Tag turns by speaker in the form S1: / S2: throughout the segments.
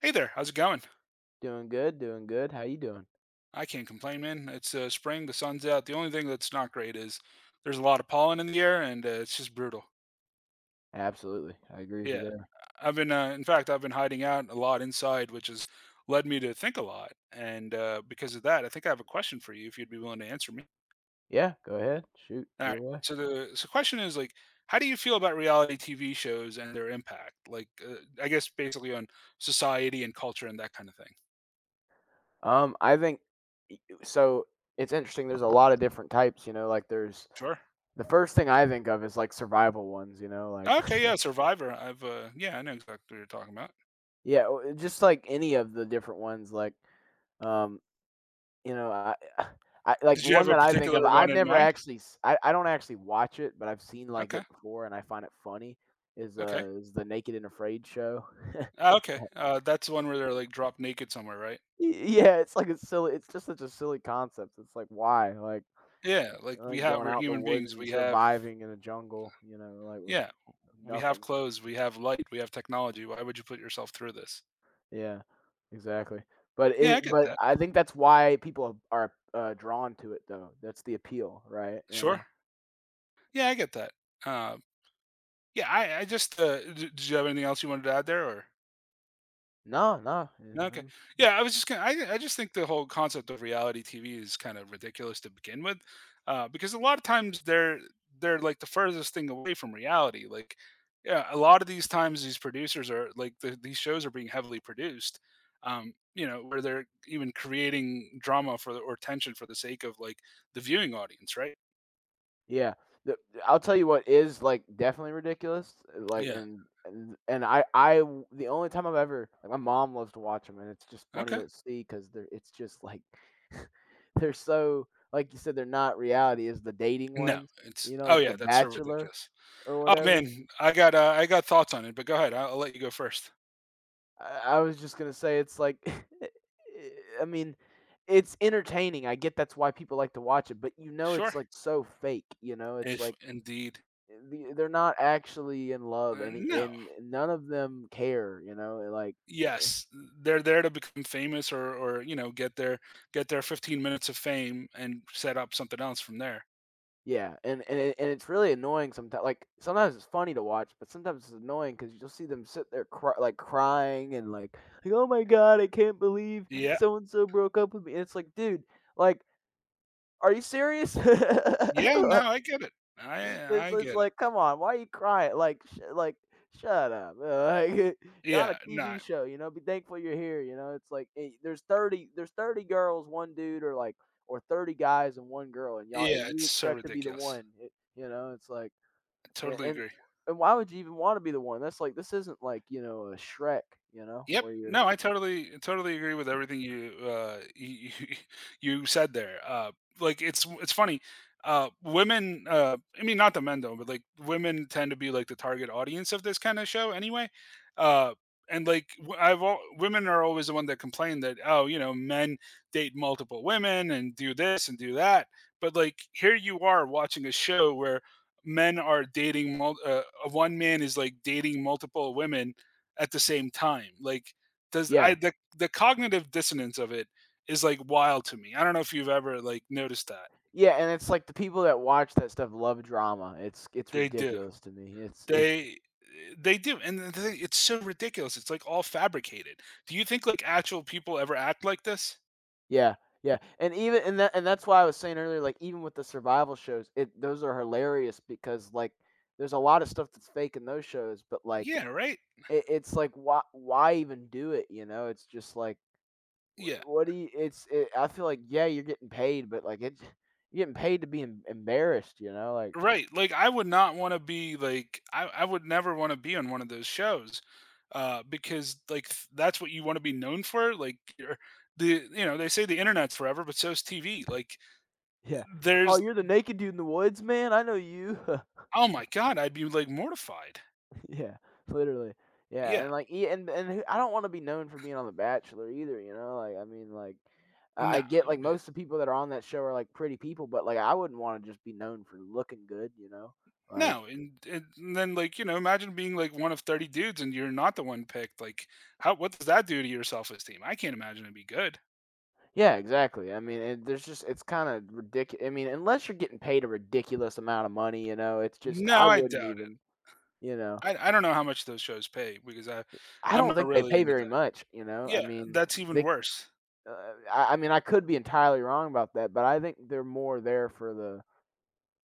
S1: Hey there, how's it going?
S2: Doing good, doing good. How you doing?
S1: I can't complain, man. It's spring, the sun's out. The only thing that's not great is there's a lot of pollen in the air, and it's just brutal.
S2: Absolutely, I agree with you
S1: Yeah,
S2: there.
S1: I've been, in fact, I've been hiding out a lot inside, which has led me to think a lot. And Because of that, I think I have a question for you if you'd be willing to answer me.
S2: Yeah, go ahead, shoot,
S1: All
S2: shoot
S1: right.
S2: away.
S1: So the question is like, how do you feel about reality TV shows and their impact? I guess basically on society and culture and that kind of thing.
S2: I think y- so. It's interesting. There's a lot of different types, you know. Like, there's
S1: Sure.
S2: the first thing I think of is like survival ones, you know. Like,
S1: Okay. Yeah. Survivor. Yeah, I know exactly what you're talking about.
S2: yeah, just like any of the different ones. Um, you know, I, I like
S1: Did you have
S2: one
S1: a
S2: that I think of.
S1: particular one
S2: I've
S1: in
S2: never
S1: mind?
S2: actually, I don't actually watch it, but I've seen like
S1: Okay,
S2: it before, and I find it funny. Is
S1: okay.
S2: uh, is the Naked and Afraid show?
S1: Ah, okay, that's the one where they're, like, dropped naked somewhere, right?
S2: Y Yeah, it's like a silly, it's just such a silly concept, it's like, why?
S1: Yeah, like,
S2: Like going
S1: we're
S2: out in the
S1: human
S2: woods
S1: beings,
S2: and
S1: we have
S2: surviving in a jungle, you know, like, with
S1: yeah, we have
S2: nothing.
S1: clothes, we have light, we have technology, why would you put yourself through this?
S2: Yeah, exactly. But
S1: Yeah, I
S2: it
S1: get
S2: but
S1: that.
S2: I think that's why people are, drawn to it, though, that's the appeal, right, you
S1: Sure.
S2: know?
S1: Yeah, I get that. Um, yeah, I just, d did you have anything else you wanted to add there, or
S2: No, no, yeah.
S1: Okay. Yeah, I was just gonna. I just think the whole concept of reality TV is kind of ridiculous to begin with, because a lot of times they're like the furthest thing away from reality. Like, yeah, a lot of these times these producers are these shows are being heavily produced, you know, where they're even creating drama for the, or tension for the sake of like the viewing audience, right?
S2: Yeah, the I'll tell you what is, like, definitely ridiculous, like,
S1: Yeah.
S2: and I w the only time I've ever like, my mom loves to watch them, and it's just funny
S1: Okay.
S2: to see because 'cause they're it's just, like, they're so like you said, they're not reality, is the dating
S1: No,
S2: ones,
S1: it's
S2: you know,
S1: oh
S2: like The
S1: yeah, that's so
S2: Bachelor
S1: ridiculous.
S2: or
S1: Oh
S2: whatever.
S1: man, I got thoughts on it, but go ahead. I'll let you go first.
S2: I was just gonna say it's like, I mean, it's entertaining, I get that's why people like to watch it, but, you know, it's,
S1: Sure.
S2: like, so fake, you know, it's
S1: If
S2: like
S1: indeed,
S2: they're not actually in love and
S1: no.
S2: and none of them care, you know, and like
S1: Yes, they're there to become famous or you know get their 15 minutes of fame and set up something else from there.
S2: yeah, and it's really annoying sometimes. Like sometimes it's funny to watch, but sometimes it's annoying because you'll see them sit there like crying and like oh my god, I can't believe
S1: Yeah,
S2: so and so broke up with me. And it's like, dude, like, are you serious?
S1: yeah. No,
S2: like,
S1: I get it. I
S2: It's
S1: I
S2: it's
S1: get it.
S2: like, "Come on, why are you crying?" Like, "Sh like, shut up." Like, "You're on a
S1: Yeah,
S2: TV
S1: not.
S2: show, you know, be thankful you're here," you know? It's like, eh, there's 30 girls, 1 dude, or, like or 30 guys and 1 girl, and y'all
S1: Yeah,
S2: and you
S1: it's so
S2: expect to be the
S1: ridiculous.
S2: one, it you know? It's like
S1: I
S2: and
S1: totally
S2: and
S1: agree.
S2: and why would you even wanna be the one? That's like this isn't like, you know, a Shrek, you know,
S1: Yep.
S2: where you're
S1: No, I totally agree with everything you you said there. Like it's funny. Women I mean not the men though, but like women tend to be like the target audience of this kind of show anyway. Uh and like I've all, women are always the one that complain that oh, you know, men date multiple women and do this and do that. But like here you are watching a show where men are dating one man is like dating multiple women at the same time. Like does I
S2: yeah.
S1: the cognitive dissonance of it is like wild to me. I don't know if you've ever like noticed that.
S2: Yeah, and it's like the people that watch that stuff love drama. It's
S1: They do.
S2: ridiculous to me. It's
S1: They they do. And the thing, it's so ridiculous. It's like all fabricated. Do you think like actual people ever act like this?
S2: Yeah, yeah, and that's why I was saying earlier, like even with the survival shows, it those are hilarious because like there's a lot of stuff that's fake in those shows, but like
S1: Yeah, right?
S2: it's like why even do it? You know, it's just like
S1: Yeah.
S2: what do you? I feel like yeah, you're getting paid, but like it's you're getting paid to be embarrassed. You know, like
S1: Right. Like I would not want to be I would never want to be on one of those shows. Because like that's what you want to be known for. Like you're the you know, they say the internet's forever, but so's TV. Like
S2: yeah, oh
S1: there's
S2: you're the naked dude in the woods, man. I know you.
S1: Oh my god, I'd be, like, mortified.
S2: Yeah, literally. Yeah, and
S1: Yeah.
S2: like, e and who I don't wanna be known for being on The Bachelor either, you know? Like, I mean, like, I
S1: No,
S2: get, like,
S1: that'd be
S2: most of the people that are on that show are, like, pretty people, but, like, I wouldn't wanna just be known for looking good, you know? Like
S1: no, and then, like, you know, imagine being, like, one of 30 dudes and you're not the one picked, like, how what does that do to your self-esteem? I can't imagine it'd be good.
S2: yeah, exactly. I mean, and there's just it's kinda ridiculous. I mean, unless you're getting paid a ridiculous amount of money, you know, it's just
S1: No,
S2: I
S1: I
S2: wouldn't
S1: doubt it.
S2: even, you know?
S1: I don't know how much those shows pay because I
S2: I
S1: I'm
S2: don't
S1: not
S2: think they
S1: really
S2: pay
S1: into
S2: very
S1: that.
S2: much, you know? I
S1: Yeah,
S2: mean,
S1: that's even
S2: they
S1: worse.
S2: I mean, I could be entirely wrong about that, but I think they're more there for the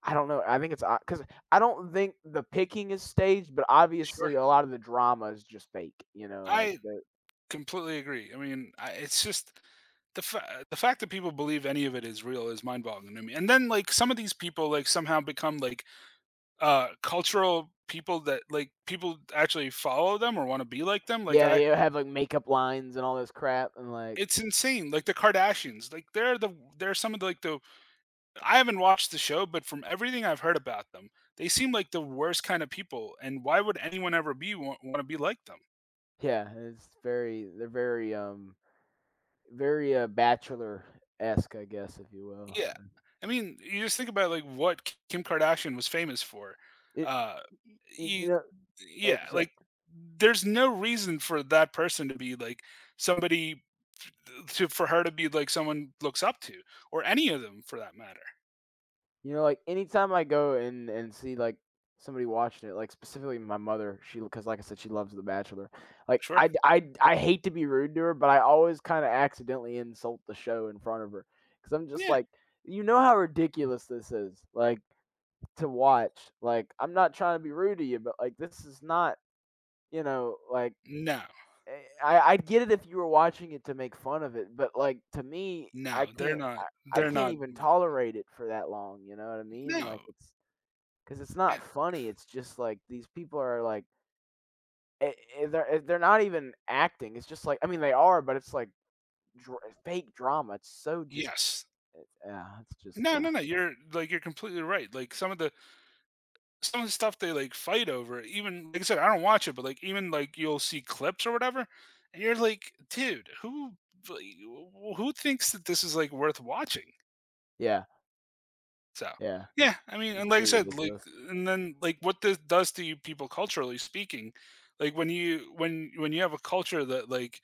S2: I don't know. I think it's because I don't think the picking is staged, but
S1: Sure.
S2: obviously a lot of the drama is just fake. You know, like
S1: I completely agree. I mean, I it's just the fact that people believe any of it is real is mind-boggling to me, and then, like, some of these people, like, somehow become, like, cultural people that, like, people actually follow them or wanna be like them, like,
S2: yeah, they
S1: I
S2: have like makeup lines and all this crap, and like
S1: it's insane, like, the Kardashians, like, they're some of the, like, the I haven't watched the show, but from everything I've heard about them, they seem like the worst kind of people, and why would anyone ever be wa wanna be like them?
S2: yeah, it's very they're very very bachelor esque, I guess, if you will.
S1: Yeah. I mean, you just think about like what Kim Kardashian was famous for.
S2: It,
S1: Uh
S2: you
S1: you
S2: know, oh,
S1: yeah,
S2: so
S1: like there's no reason for that person to be like somebody to for her to be like someone looks up to or any of them for that matter.
S2: you know, like, anytime I go and see, like, somebody watching it, like, specifically my mother, she because like I said, she loves The Bachelor. Like,
S1: Sure.
S2: I hate to be rude to her, but I always kinda accidentally insult the show in front of her because 'cause I'm just
S1: Yeah.
S2: like, "You know how ridiculous this is, like, to watch. Like, I'm not trying to be rude to you, but, like, this is not, you know, like,
S1: No.
S2: eh, I get it if you were watching it to make fun of it, but, like, to me, I
S1: No,
S2: can't I I
S1: they're
S2: can't
S1: not
S2: even tolerate it for that long, you know what I mean? Like,
S1: no.
S2: it's 'cause it's not
S1: eh,
S2: funny, it's just, like, these people are, like I they're not even acting, it's just, like I mean, they are, but it's, like, dra fake drama, it's so just
S1: yes.
S2: it's just,
S1: No, no, no. You're like you're completely right. Like some of the stuff they like fight over, even like I said, I don't watch it, but like even like you'll see clips or whatever, and you're like, dude, who like, who thinks that this is like worth watching?
S2: yeah,
S1: So
S2: yeah,
S1: yeah, I mean,
S2: it's
S1: and like I
S2: pretty
S1: said, like
S2: ridiculous.
S1: and then like what this does to you people culturally speaking, like when you have a culture that like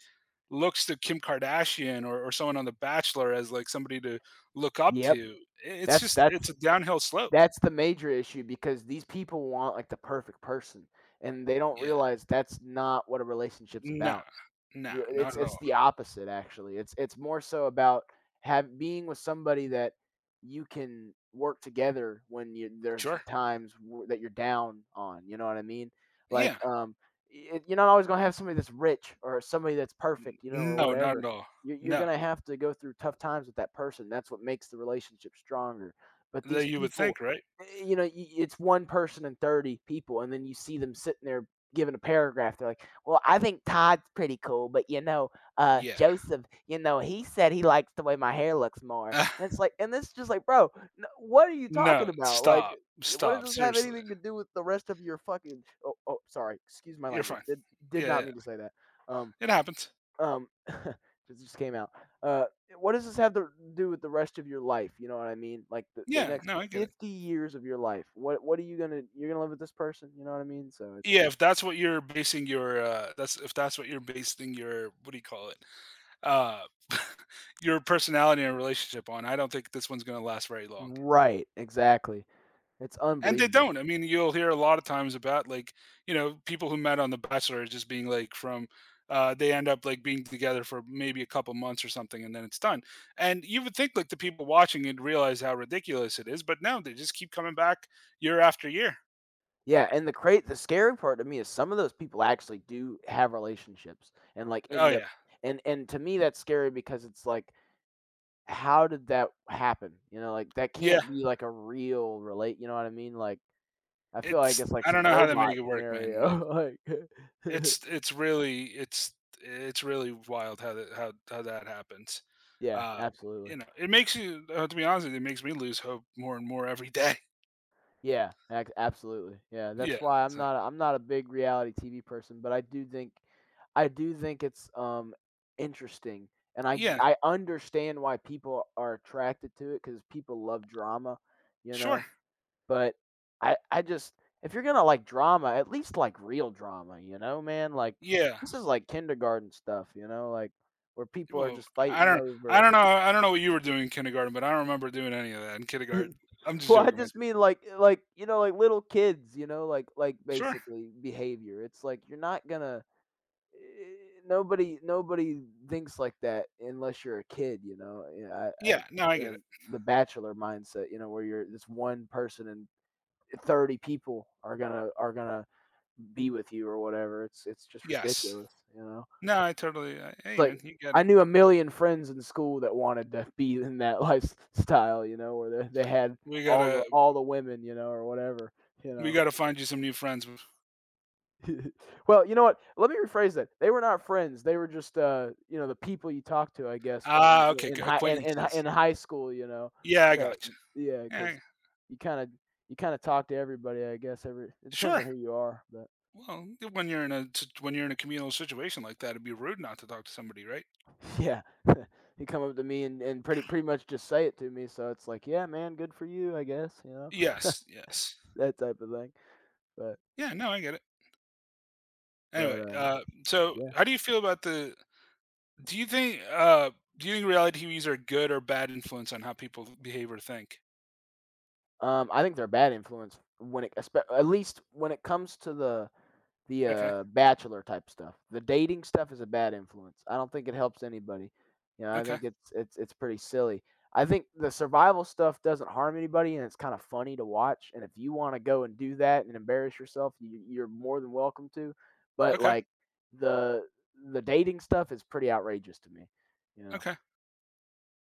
S1: looks to Kim Kardashian or someone on The Bachelor as like somebody to look up
S2: Yep,
S1: to, it's
S2: that's
S1: just
S2: that's
S1: it's a downhill slope.
S2: that's the major issue because these people want, like, the perfect person, and they don't
S1: Yeah.
S2: realize that's not what a relationship's
S1: No,
S2: about.
S1: no, not at
S2: It's
S1: all.
S2: the opposite actually. It's more so about have being with somebody that you can work together when you there's
S1: Sure.
S2: times that you're down on. You know what I mean? Like
S1: Yeah.
S2: you're not always gonna have somebody that's rich or somebody that's perfect, you know, or
S1: No, not at
S2: whatever.
S1: all.
S2: You're
S1: No.
S2: gonna have to go through tough times with that person. That's what makes the relationship stronger. But these
S1: That you would
S2: people,
S1: think, right?
S2: eh, you know, it's one person and 30 people, and then you see them sitting there given a paragraph, they're like, "Well, I think Todd's pretty cool, but you know,
S1: Yeah.
S2: Joseph, you know, he said he likes the way my hair looks more." And it's like, and it's just like, bro, what are you talking
S1: No,
S2: about? Like,
S1: stop.
S2: what does
S1: Stop,
S2: this have
S1: seriously.
S2: anything to do with the rest of your fucking? Oh, oh, sorry, excuse my
S1: You're
S2: language.
S1: fine.
S2: Did
S1: Yeah,
S2: not
S1: yeah.
S2: mean to say that. Um,
S1: It happens.
S2: um, this just came out. Uh, what does this have to do with the rest of your life? You know what I mean? Like the
S1: Yeah,
S2: next
S1: no, I get it.
S2: 50 years of your life. What are you gonna you're gonna live with this person? You know what I mean? So it's
S1: Yeah, if that's what you're basing your, that's if that's what you're basing your, what do you call it? Uh, your personality and relationship on, I don't think this one's gonna last very long.
S2: right, exactly. It's
S1: And they
S2: unbelievable.
S1: don't. I mean, you'll hear a lot of times about like, you know, people who met on The Bachelor just being like from they end up like being together for maybe a couple months or something and then it's done. And you would think like the people watching it realize how ridiculous it is, but no, they just keep coming back year after year.
S2: Yeah, and the scary part to me is some of those people actually do have relationships and, like,
S1: Oh
S2: end up
S1: yeah.
S2: and to me, that's scary because it's like, how did that happen? You know, like, that
S1: Yeah.
S2: can't be, like, a real relate you know what I mean? Like, I feel like
S1: It's
S2: it's like
S1: I don't
S2: some
S1: know how they
S2: robot
S1: make it work, man. Like
S2: scenario, like
S1: it's it's really it's it's really wild how that how that happens.
S2: yeah,
S1: Uh
S2: absolutely.
S1: you know, it makes you to be honest, with you, it makes me lose hope more and more every day.
S2: Yeah, ac absolutely. Yeah,
S1: Yeah,
S2: that's why I'm
S1: so
S2: not I'm not a big reality TV person, but I do think it's, interesting, and I g
S1: yeah,
S2: I understand why people are attracted to it because people love drama, you
S1: sure.
S2: know? But I just if you're gonna like drama, at least like real drama, you know, man? Like,
S1: Yeah,
S2: this is like kindergarten stuff, you know, like, where people are
S1: well,
S2: just fighting over
S1: I don't know what you were doing in kindergarten, but I don't remember doing any of that in kindergarten. I'm just
S2: Well, I
S1: joking with
S2: just
S1: you.
S2: mean like eh, like, you know, like little kids, you know, like
S1: Sure.
S2: basically behavior. It's like you're not gonna eh, nobody thinks like that unless you're a kid, you know. Yeah, I
S1: Yeah, no, I get it.
S2: and the bachelor mindset, you know, where you're this one person and 30 people are gonna be with you or whatever. It's just
S1: Yes.
S2: ridiculous, you know.
S1: No, I totally I
S2: It's
S1: hey,
S2: like
S1: man, you get
S2: I
S1: it.
S2: knew a million friends in school that wanted to be in that lifestyle, you know, where they had
S1: We gotta
S2: all the women, you know, or whatever, you
S1: we
S2: know.
S1: gotta find you some new friends.
S2: Well, you know what? Let me rephrase that. They were not friends. They were just, you know, the people you talk to, I guess, when
S1: Ah, okay,
S2: in
S1: g
S2: high in hi
S1: acquaintances.
S2: in high school, you know,
S1: Yeah, I
S2: that
S1: gotcha.
S2: yeah, because
S1: Yeah,
S2: you kinda you kinda talk to everybody, I guess, every it depends
S1: sure.
S2: on who you are, but
S1: Well, when you're in a t when you're in a communal situation like that, it'd be rude not to talk to somebody, right?
S2: yeah. He come up to me and pretty much just say it to me, so it's like, "Yeah, man, good for you, I guess," you know?
S1: Yes, yes.
S2: That type of thing. But
S1: Yeah, no, I get it.
S2: but,
S1: Anyway,
S2: uh,
S1: so
S2: yeah.
S1: how do you feel about the Do you think uh do you think reality TVs are good or bad influence on how people behave or think?
S2: I think they're a bad influence when it espe at least when it comes to the,
S1: Okay.
S2: bachelor type stuff. The dating stuff is a bad influence. I don't think it helps anybody. You know, I
S1: Okay.
S2: think it's it's pretty silly. I think the survival stuff doesn't harm anybody, and it's kinda funny to watch, and if you wanna go and do that and embarrass yourself, you're more than welcome to, but,
S1: Okay.
S2: like, the the dating stuff is pretty outrageous to me, you know?
S1: Okay.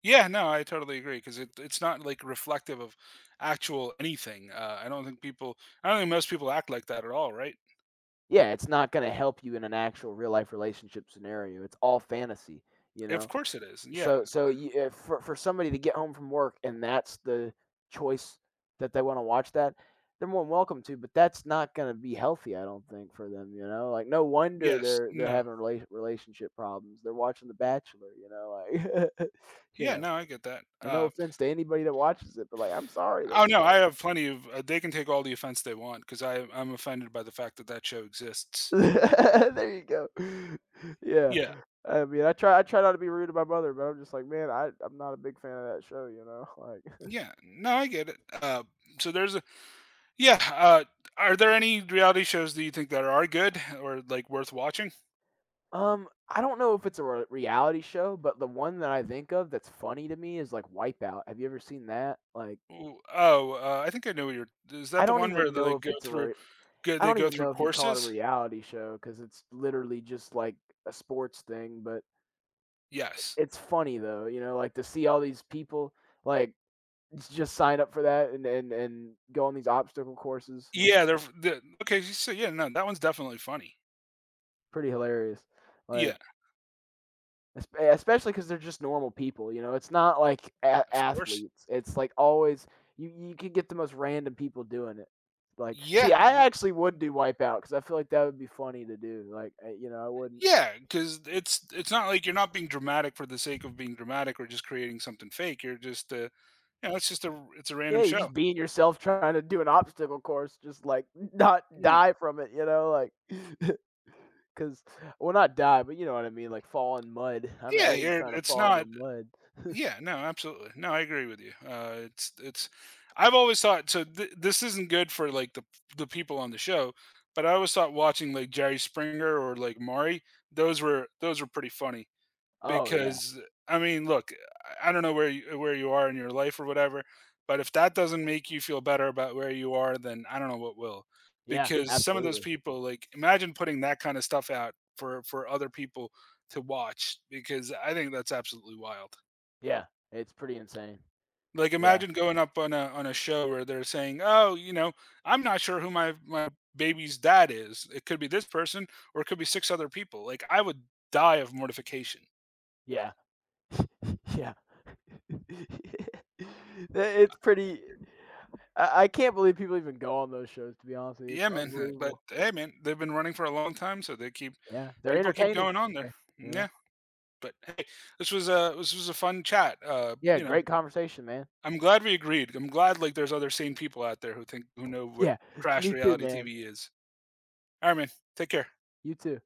S1: Yeah, no, I totally agree because it's not like reflective of actual anything. I don't think I don't think most people act like that at all, right?
S2: Yeah, it's not gonna help you in an actual real life relationship scenario. It's all fantasy, you
S1: Of
S2: know?
S1: course it is. Yeah.
S2: So you if for somebody to get home from work and that's the choice that they wanna watch that, they're more than welcome to, but that's not gonna be healthy, I don't think, for them, you know? Like, no wonder
S1: Yes.
S2: they're
S1: No.
S2: having relationship problems. They're watching The Bachelor, you know, like, you
S1: Yeah.
S2: know?
S1: No, I get that.
S2: And no offense to anybody that watches it, but, like, I'm sorry,
S1: Oh
S2: that's
S1: no,
S2: like
S1: I have plenty of. They can take all the offense they want because I'm offended by the fact that that show exists.
S2: there you go. Yeah.
S1: Yeah.
S2: I mean, I try not to be rude to my mother, but I'm just like, "Man, I'm not a big fan of that show," you know? Like
S1: Yeah. No, I get it. So there's a Yeah, are there any reality shows that you think that are good or, like, worth watching?
S2: um, I don't know if it's a re reality show, but the one that I think of that's funny to me is, like, Wipeout. Have you ever seen that? Like,
S1: Ooh, oh, I think I know what you're is
S2: I
S1: that the
S2: don't
S1: one where
S2: even know
S1: they
S2: if
S1: go
S2: it's a
S1: through
S2: re
S1: go
S2: I
S1: they
S2: don't
S1: go
S2: even
S1: through
S2: know if you call it a
S1: courses?
S2: reality show because it's literally just, like, a sports thing, but
S1: Yes.
S2: it's funny, though, you know, like, to see all these people, like it's just sign up for that and go on these obstacle courses. It's
S1: Yeah, they're f okay, so yeah, no, that one's definitely funny.
S2: pretty hilarious. Like
S1: Yeah,
S2: especially because 'cause they're just normal people, you know? It's not like
S1: of course.
S2: athletes. It's like always you could get the most random people doing it. Like, see,
S1: Yeah, n
S2: I actually would do wipeout because I feel like that would be funny to do. Like, I, you know, I wouldn't
S1: yeah, because it's not like you're not being dramatic for the sake of being dramatic or just creating something fake, you're just, you know, it's a random
S2: yeah, you're
S1: show.
S2: just being yourself trying to do an obstacle course, just, like, not
S1: Yeah.
S2: die from it, you know, like, cause well, not die, but you know what I mean, like, fall in mud. I
S1: Yeah,
S2: ain't
S1: you're
S2: trying to
S1: it's
S2: fall in the
S1: not
S2: mud.
S1: Yeah, no, absolutely. No, I agree with you. It's it's. I've always thought so. This isn't good for like the people on the show, but I always thought watching like Jerry Springer or like Maury, those were pretty funny
S2: Oh, yeah.
S1: because I mean, look, I don't know where you are in your life or whatever, but if that doesn't make you feel better about where you are, then I don't know what will.
S2: Yeah,
S1: Because some of those
S2: absolutely.
S1: people, like, imagine putting that kind of stuff out for other people to watch, because I think that's absolutely wild.
S2: Yeah, it's pretty insane.
S1: Like,
S2: Yeah,
S1: imagine going up on a show where they're saying, "Oh, you know, I'm not sure who my baby's dad is. It could be this person, or it could be six other people." Like, I would die of mortification.
S2: yeah, yeah. it's pretty I can't believe people even go on those shows, to be honest with you, it's
S1: Yeah, man. But
S2: unbelievable.
S1: hey, man, they've been running for a long time, so they keep
S2: Yeah, they're
S1: people keep
S2: entertaining.
S1: going on
S2: Yeah,
S1: there.
S2: you know?
S1: Yeah. But hey, this was a fun chat.
S2: Yeah,
S1: You know,
S2: great conversation, man.
S1: I'm glad we agreed. I'm glad like there's other sane people out there who think who know what
S2: Yeah,
S1: trash
S2: me too,
S1: reality
S2: man.
S1: TV is. All right, man. Take care.
S2: You too.